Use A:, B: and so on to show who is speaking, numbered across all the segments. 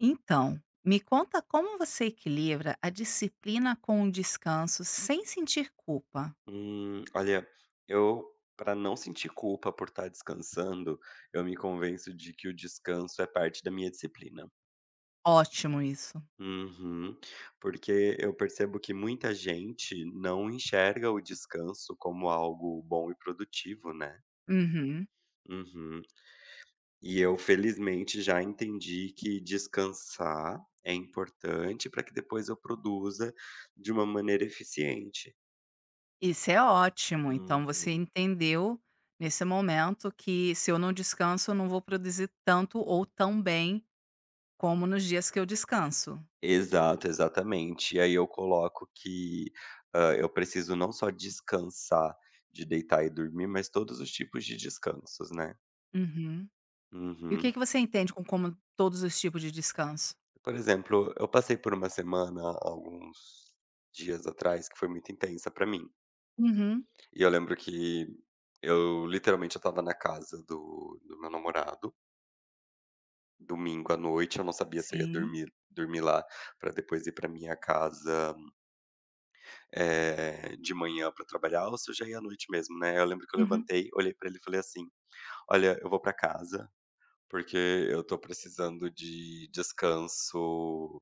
A: Então, me conta como você equilibra a disciplina com o descanso sem sentir culpa.
B: Olha, eu para não sentir culpa por estar descansando, eu me convenço de que o descanso é parte da minha disciplina.
A: Ótimo isso.
B: Uhum, porque eu percebo que muita gente não enxerga o descanso como algo bom e produtivo, né?
A: Uhum.
B: Uhum. E eu felizmente já entendi que descansar é importante para que depois eu produza de uma maneira eficiente.
A: Isso é ótimo. Então você
B: Uhum.
A: entendeu nesse momento que se eu não descanso, eu não vou produzir tanto ou tão bem como nos dias que eu descanso.
B: Exato, exatamente. E aí eu coloco que, eu preciso não só descansar de deitar e dormir, mas todos os tipos de descansos, né.
A: Uhum. E o que
B: Uhum.
A: que você entende com como todos os tipos de descanso?
B: Por exemplo, eu passei por uma semana alguns dias atrás que foi muito intensa pra mim.
A: Uhum.
B: E eu lembro que eu literalmente eu estava na casa do meu namorado, domingo à noite, eu não sabia se eu ia
A: Sim.
B: dormir lá pra depois ir pra minha casa de manhã pra trabalhar ou se eu já ia à noite mesmo, né. Eu lembro que eu
A: Uhum.
B: levantei, olhei pra ele e falei assim: "Olha, eu vou pra casa, porque eu tô precisando de descanso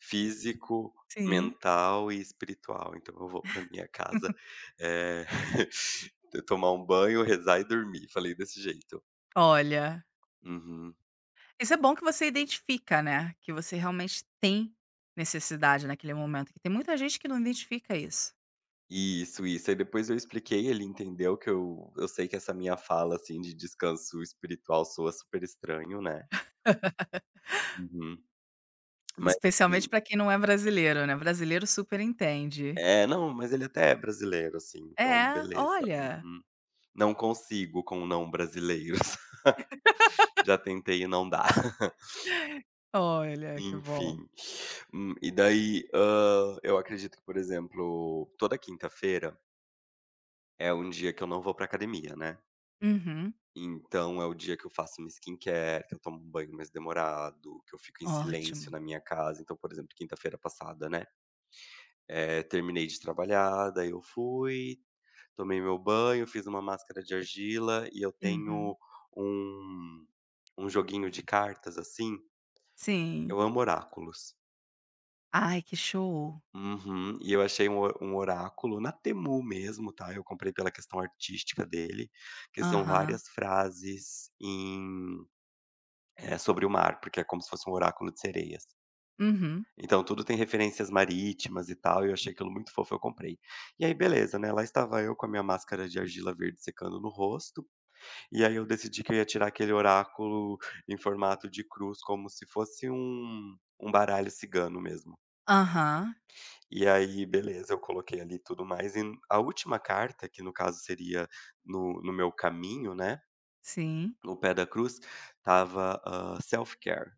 B: físico,
A: Sim.
B: mental e espiritual, então eu vou pra minha casa, eh, tomar um banho, rezar e dormir". Falei desse jeito.
A: Olha.
B: "Uhum,
A: Isso é bom que você identifica, né, que você realmente tem necessidade naquele momento, que tem muita gente que não identifica isso,
B: isso, isso". Aí depois eu expliquei, ele entendeu que eu sei que essa minha fala, assim, de descanso espiritual soa super estranho, né. Uhum. Mas
A: especialmente
B: assim.
A: pra quem não é brasileiro, né, brasileiro super entende.
B: É, não, mas ele até é brasileiro, assim, então
A: É,
B: beleza.
A: olha,
B: Uhum. Não consigo com não brasileiros. Já tentei e não dá.
A: olha que bom.
B: Enfim. E daí, eu acredito que, por exemplo, toda quinta-feira é um dia que eu não vou pra academia, né.
A: Uhum,
B: Então é o dia que eu faço minha skincare, que eu tomo um banho mais demorado, que eu fico em silêncio
A: ótimo.
B: na minha casa. Então, por exemplo, quinta-feira passada, né, terminei de trabalhar, daí eu fui, tomei meu banho, fiz uma máscara de argila e eu
A: Uhum,
B: tenho um um joguinho de cartas, assim,
A: sim.
B: eu amo oráculos.
A: Ai que show.
B: Uhum. E eu achei um o um oráculo na Temu mesmo, tá, eu comprei pela questão artística dele, que são
A: Aham,
B: várias frases sobre o mar, porque é como se fosse um oráculo de sereias.
A: uhum,
B: Então tudo tem referências marítimas e tal, e eu achei aquilo muito fofo, eu comprei. E aí beleza, né, lá estava eu com a minha máscara de argila verde secando no rosto. E aí eu decidi que eu ia tirar aquele oráculo em formato de cruz, como se fosse um baralho cigano mesmo.
A: aham,
B: E aí, beleza, eu coloquei ali tudo mais, e a última carta, que no caso seria no meu caminho, né,
A: sim,
B: no pé da cruz, estava, self-care,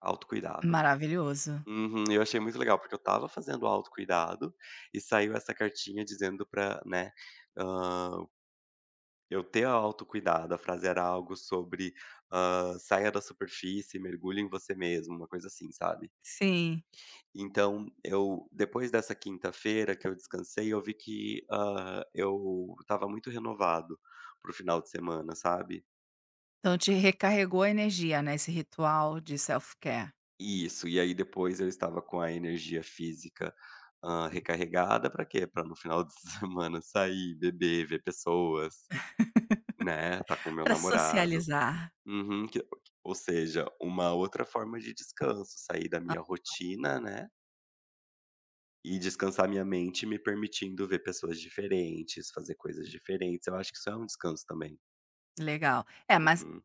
B: autocuidado.
A: maravilhoso.
B: Uhum, eu achei muito legal, porque eu estava fazendo autocuidado, e saiu essa cartinha dizendo pra, né, hã Eu ter autocuidado, a frase era algo sobre, saia da superfície, mergulhe em você mesmo, uma coisa assim, sabe.
A: Sim,
B: Então eu depois dessa quinta-feira que eu descansei, eu vi que, eu estava muito renovado pro final de semana, sabe.
A: então te recarregou a energia, né, esse ritual de self-care.
B: Isso, e aí depois eu estava com a energia física, recarregada, pra quê? Pra no final de semana sair, beber, ver pessoas, né, tá com o meu
A: Pra
B: namorado.
A: socializar.
B: Uhum, que ou seja, uma outra forma de descanso, sair da minha rotina, né, e descansar minha mente me permitindo ver pessoas diferentes, fazer coisas diferentes, eu acho que isso é um descanso também.
A: Legal. É, mas
B: Uhum.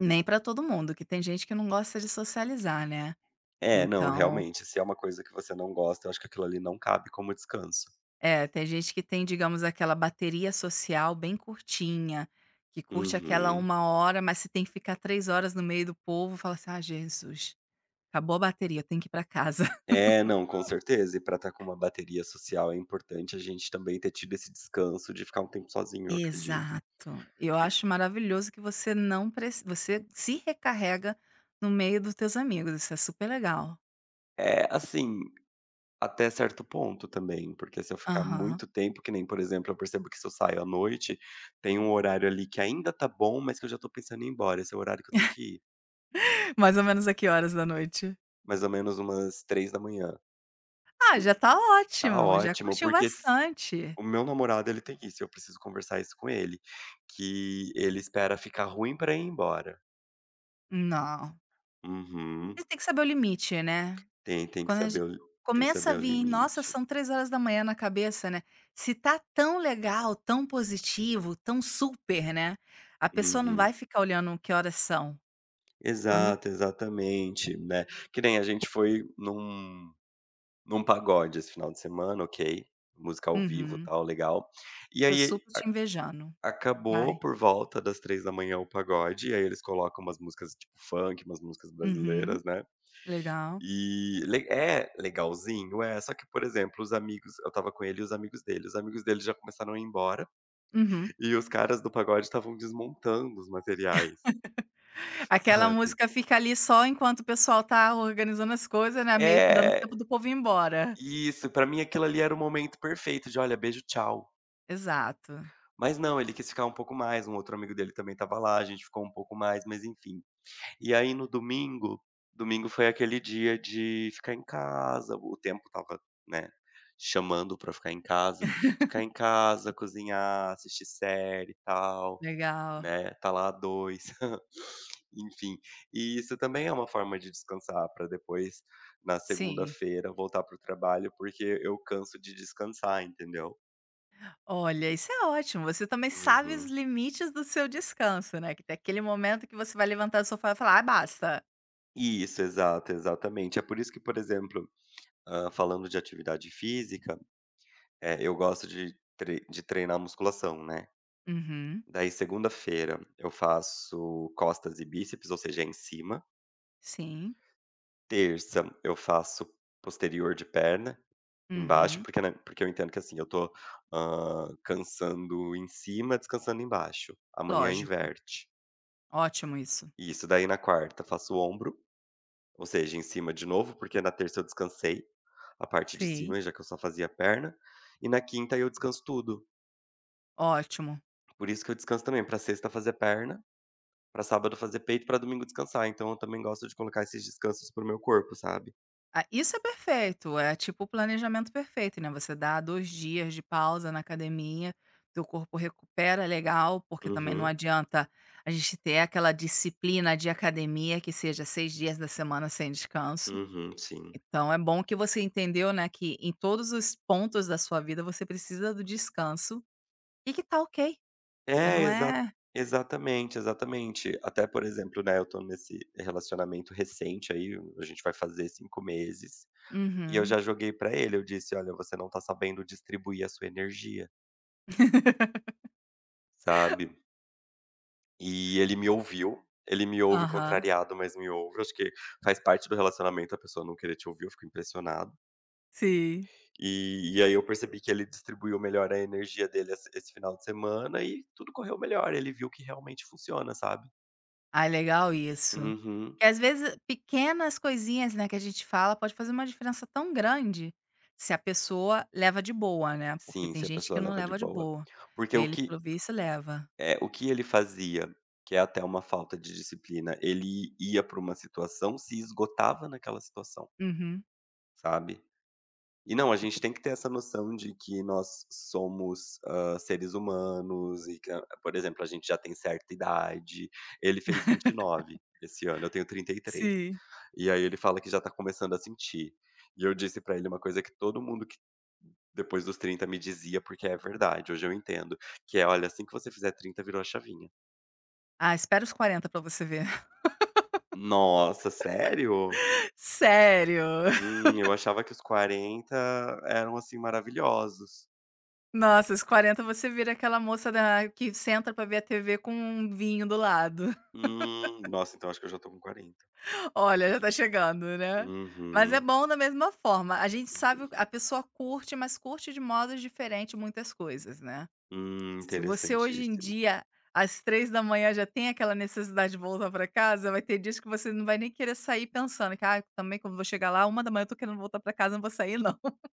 A: nem pra todo mundo, que tem gente que não gosta de socializar, né.
B: É, não,
A: Então
B: realmente, se é uma coisa que você não gosta, eu acho que aquilo ali não cabe como descanso.
A: é, tem gente que tem, digamos, aquela bateria social bem curtinha, que curte aquela
B: Uhum.
A: uma hora, mas se tem que ficar 3 horas no meio do povo, fala assim: "Ah, Jesus, acabou a bateria, eu tenho que ir pra casa".
B: É, não, com certeza, e pra estar com uma bateria social é importante a gente também ter tido esse descanso de ficar um tempo sozinho, eu acredito.
A: Exato. Eu
B: E
A: acho maravilhoso que você não preci você se recarrega no meio dos teus amigos, isso é super legal.
B: é, assim, até certo ponto também, porque se eu ficar
A: Aham.
B: muito tempo, que nem, por exemplo, eu percebo que se eu saio à noite, tem um horário ali que ainda tá bom, mas que eu já tô pensando em ir embora, esse é o horário que eu tenho que ir,
A: Mais ou menos a que horas da noite?
B: mais ou menos umas 3 da manhã.
A: Ah, já tá
B: Tá
A: ótimo, já
B: ótimo,
A: curtiu
B: porque s
A: bastante.
B: o meu namorado ele tem isso, eu preciso conversar isso com ele, que ele espera ficar ruim pra ir embora.
A: Não,
B: Uhum.
A: você tem que saber o limite, né.
B: Tem tem que
A: Quando a
B: saber
A: gen
B: o li tem que
A: começa a
B: saber o
A: vir: "Nossa,
B: limite.
A: são três horas da manhã na cabeça", né. Se tá tão legal, tão positivo, tão super, né, a pessoa não vai
B: Uhum.
A: ficar olhando que horas são. Quando
B: Exato, exatamente, né. Que nem a gente foi num pagode esse final de semana, ok, música ao vivo,
A: uhum,
B: tal, legal. E
A: tô
B: aí
A: super
B: a
A: te invejando.
B: acabou
A: Vai.
B: por volta das 3 da manhã o pagode, e aí eles colocam umas músicas tipo funk, umas músicas
A: Uhum,
B: brasileiras, né.
A: legal.
B: E le é legalzinho, é, só que, por exemplo, os amigos eu estava com ele e os amigos dele já começaram a ir embora,
A: Uhum.
B: e os caras do pagode estavam desmontando os materiais,
A: Aquela
B: sabe.
A: música fica ali só enquanto o pessoal tá organizando as coisas, né, meio que dando
B: É,
A: tempo do povo ir embora.
B: isso, pra mim aquilo ali era o momento perfeito de: "Olha, beijo, tchau".
A: Exato.
B: Mas não, ele quis ficar um pouco mais, um outro amigo dele também estava lá, a gente ficou um pouco mais, mas enfim. E aí no domingo foi aquele dia de ficar em casa, o tempo estava, né, chamando pra ficar em casa. Ficar em casa, cozinhar, assistir série e tal,
A: Legal.
B: né, tá lá a 2. Enfim, e isso também é uma forma de descansar pra depois, na
A: Sim.
B: segunda-feira, voltar pro trabalho, porque eu canso de descansar, entendeu?
A: Olha, isso é ótimo, você também sabe os
B: Uhum.
A: limites do seu descanso, né, que tem aquele momento que você vai levantar do sofá e falar: "Ah, basta".
B: Isso, exato, exatamente. É por isso que, por exemplo, falando de atividade física, eu gosto de treinar musculação, né.
A: Uhum.
B: Daí segunda-feira eu faço costas e bíceps, ou seja, é em cima.
A: Sim.
B: Terça eu faço posterior de perna, embaixo,
A: Uhum.
B: porque, né, porque eu entendo que, assim, eu tô, cansando em cima, descansando embaixo. Amanhã
A: Lógico.
B: inverte.
A: Ótimo isso.
B: Isso, daí na quarta faço ombro, ou seja, em cima de novo, porque na terça eu descansei a parte de
A: Sim.
B: cima, já que eu só fazia perna, e na quinta eu descanso tudo.
A: Ótimo.
B: Por isso que eu descanso também, pra sexta fazer perna, pra sábado fazer peito, pra domingo descansar. Então eu também gosto de colocar esses descansos pro meu corpo, sabe.
A: Ah, isso é perfeito, é tipo o planejamento perfeito, né, você dá 2 dias de pausa na academia, teu corpo recupera legal, porque também não
B: Uhum,
A: adianta a gente ter aquela disciplina de academia que seja 6 dias da semana sem descanso.
B: uhum, sim.
A: Então é bom que você entendeu, né, que em todos os pontos da sua vida você precisa do descanso e que tá ok, e que
B: É,
A: não é
B: exatamente, exatamente. Até, por exemplo, né, eu tô nesse relacionamento recente aí, a gente vai fazer 5 meses, e eu
A: Uhum.
B: já joguei pra ele, eu disse: "Olha, você não tá sabendo distribuir a sua energia", sabe. E ele me ouviu, ele me ouve
A: Aham.
B: contrariado, mas me ouve. Acho que faz parte do relacionamento a pessoa não querer te ouvir, eu fico impressionado.
A: Sim.
B: E aí eu percebi que ele distribuiu melhor a energia dele esse final de semana e tudo correu melhor, ele viu que realmente funciona, sabe.
A: Ah, legal isso.
B: Uhum.
A: Porque às vezes pequenas coisinhas, né, que a gente fala pode fazer uma diferença tão grande, se a pessoa leva de boa, né, porque
B: Sim,
A: tem
B: se a
A: gente que
B: pessoa
A: não
B: leva de
A: leva de
B: boa.
A: boa.
B: Porque o
A: Ele,
B: que
A: pelo visto, leva.
B: é o que ele fazia, que é até uma falta de disciplina, ele ia para uma situação, se esgotava naquela situação,
A: Uhum.
B: sabe. E não, a gente tem que ter essa noção de que nós somos, seres humanos e que a por exemplo, a gente já tem certa idade. Ele fez 29 esse ano, eu tenho 33.
A: Sim.
B: E aí ele fala que já tá começando a sentir. E eu disse pra ele uma coisa que todo mundo que depois dos 30 me dizia, porque é verdade, hoje eu entendo, que é: "Olha, assim que você fizer 30, virou a chavinha".
A: Ah, espera os 40 pra você ver.
B: Nossa, sério?
A: Sério?
B: Eu achava que os 40 eram, assim, maravilhosos.
A: Nossa, os 40 você vira aquela moça da que senta pra ver a TV com um vinho do lado.
B: Nossa, então acho que eu já tô com 40.
A: Olha, já tá chegando, né. Mas é
B: Uhum.
A: bom da mesma forma, a gente sabe o a pessoa curte, mas curte de modos diferentes muitas coisas, né.
B: Hum,
A: Se você hoje em
B: interessantíssimo.
A: dia, às três da manhã já tem aquela necessidade de voltar pra casa, vai ter dias que você não vai nem querer sair pensando que: "Ah, também quando vou chegar lá uma da manhã eu tô querendo voltar pra casa, não vou sair não".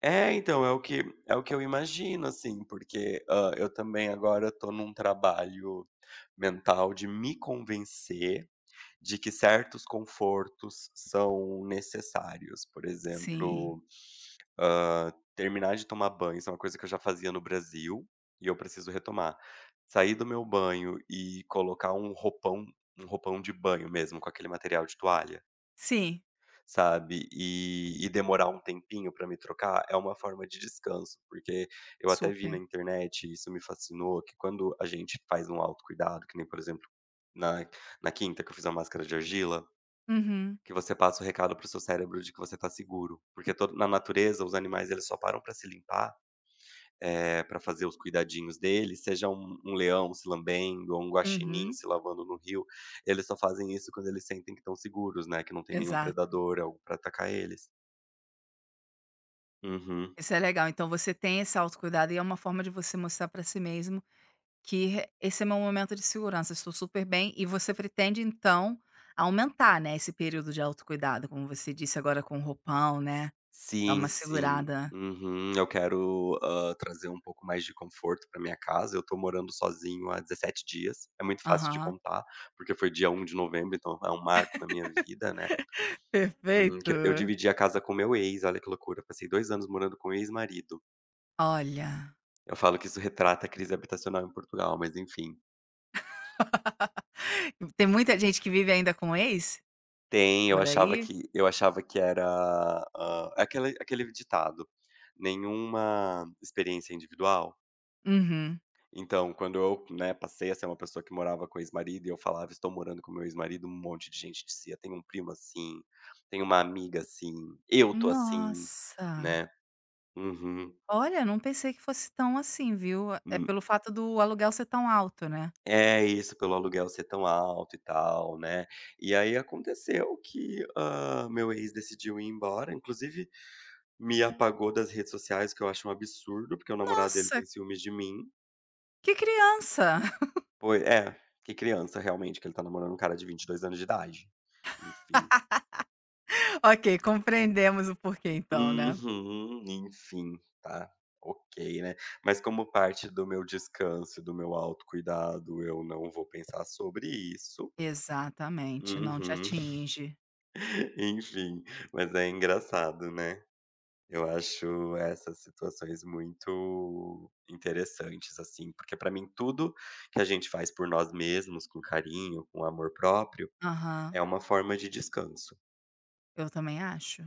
B: É, então, é o que eu imagino, assim, porque, eu também agora tô num trabalho mental de me convencer de que certos confortos são necessários. Por
A: Sim,
B: exemplo, terminar de tomar banho, isso é uma coisa que eu já fazia no Brasil e eu preciso retomar. Sair do meu banho e colocar um roupão de banho mesmo, com aquele material de toalha.
A: sim,
B: Sabe, e demorar um tempinho para me trocar é uma forma de descanso, porque eu até vi na
A: super.
B: internet e isso me fascinou, que quando a gente faz um autocuidado, que nem por exemplo na na quinta que eu fiz a máscara de argila,
A: Uhum,
B: que você passa o recado para o seu cérebro de que você está seguro, porque todo na natureza os animais eles só param para se limpar, para fazer os cuidadinhos deles, seja um leão se lambendo ou um guaxinim
A: uhum,
B: se lavando no rio, eles só fazem isso quando eles sentem que estão seguros, né, que não tem nenhum
A: exato.
B: predador, algo para atacar eles. Uhum.
A: Isso é legal. Então você tem esse autocuidado e é uma forma de você mostrar para si mesmo que re- esse é meu momento de segurança, estou super bem. E você pretende então aumentar, né, esse período de autocuidado, como você disse agora com o roupão, né, dar
B: Sim,
A: uma
B: sim.
A: segurada.
B: Uhum. Eu quero, trazer um pouco mais de conforto para minha casa. Eu tô morando sozinho há 17 dias. É muito fácil de
A: Aham.
B: contar, porque foi dia 1 de novembro, então é um marco na minha vida, né. Hum,
A: Perfeito.
B: que eu dividi a casa com meu ex, olha que loucura. Passei 2 anos morando com o ex-marido.
A: Olha,
B: Eu falo que isso retrata a crise habitacional em Portugal, mas enfim.
A: tem muita gente que vive ainda com ex
B: Tem, eu
A: por
B: achava
A: aí?
B: que eu achava que era, é aquele ditado: "Nenhuma experiência é individual".
A: Uhum.
B: Então, quando eu, né, passei a ser uma pessoa que morava com ex-marido e eu falava: "Estou morando com meu ex-marido", um monte de gente dizia: "Tem um primo assim, tem uma amiga assim, eu tô assim",
A: Nossa,
B: né. Uhum.
A: olha, não pensei que fosse tão assim, viu. É
B: Hum.
A: pelo fato do aluguel ser tão alto, né.
B: É isso, pelo aluguel ser tão alto e tal, né. E aí aconteceu que, meu ex decidiu ir embora, inclusive me apagou das redes sociais, que eu acho um absurdo, porque o namorado dele
A: Nossa,
B: tem ciúmes de mim.
A: que criança.
B: Pois é, que criança realmente, que ele tá namorando um cara de 22 anos de idade. Enfim.
A: Ok, compreendemos o porquê então, né.
B: Uhum, enfim, tá, ok, né. Mas como parte do meu descanso e do meu autocuidado, eu não vou pensar sobre isso.
A: Exatamente, não te
B: Uhum,
A: atinge.
B: enfim, mas é engraçado, né. Eu acho essas situações muito interessantes, assim, porque pra mim tudo que a gente faz por nós mesmos, com carinho, com amor próprio,
A: Aham,
B: é uma forma de descanso.
A: eu também acho.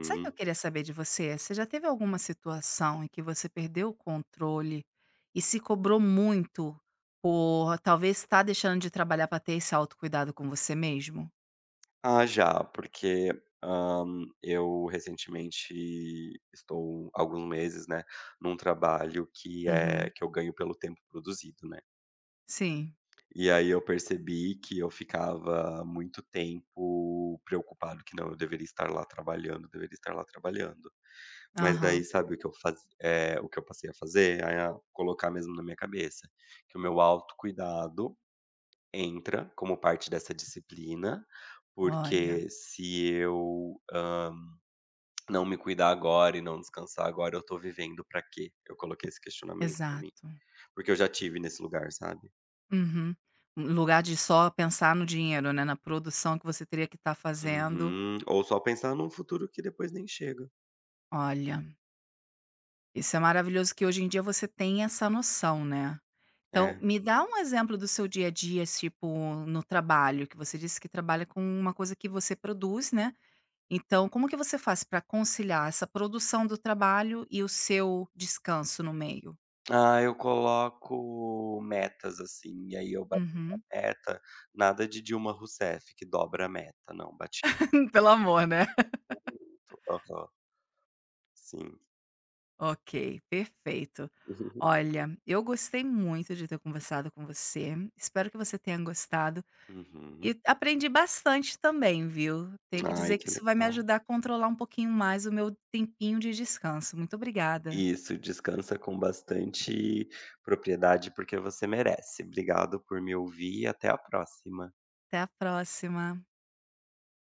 A: Sabe o que eu queria saber de você? Você já teve alguma situação em que você perdeu o controle e se cobrou muito por talvez estar deixando de trabalhar para ter esse autocuidado com você mesmo?
B: Ah, já, porque, hã, eu recentemente estou alguns meses, né, num trabalho que é
A: Uhum,
B: que eu ganho pelo tempo produzido, né.
A: sim,
B: E aí eu percebi que eu ficava muito tempo preocupado que não, eu deveria estar lá trabalhando, deveria estar lá trabalhando. Mas daí
A: aham.
B: sabe o que eu faz é o que eu passei a fazer? A colocar mesmo na minha cabeça, que o meu autocuidado entra como parte dessa disciplina,
A: Olha,
B: porque se eu, não me cuidar agora e não descansar agora, eu tô vivendo pra quê? Eu coloquei esse questionamento pra mim,
A: exato.
B: porque eu já tive nesse lugar, sabe.
A: Uhum. Em lugar de só pensar no dinheiro, né, na produção que você teria que estar fazendo,
B: Uhum. Ou só pensar num futuro que depois nem chega.
A: olha Isso é maravilhoso que hoje em dia você tem essa noção, né. Então,
B: É.
A: me dá um exemplo do seu dia a dia, tipo, no trabalho, que você disse que trabalha com uma coisa que você produz, né. Então, como que você faz para conciliar essa produção do trabalho e o seu descanso no meio?
B: Ah, eu coloco metas, assim, e aí eu bato
A: Uhum.
B: a meta, nada de Dilma Rousseff que dobra a meta, não, bati
A: Pelo amor, né.
B: muito. Aham, sim.
A: Ok, perfeito. Olha, eu gostei muito de ter conversado com você, espero que você tenha gostado.
B: Uhum.
A: E aprendi bastante também, viu. Tenho que dizer
B: Ai,
A: que
B: que
A: isso vai me
B: legal.
A: ajudar a controlar um pouquinho mais o meu tempinho de descanso. Muito obrigada.
B: Isso, descansa com bastante propriedade, porque você merece. Obrigado por me ouvir e até a próxima.
A: Até a próxima.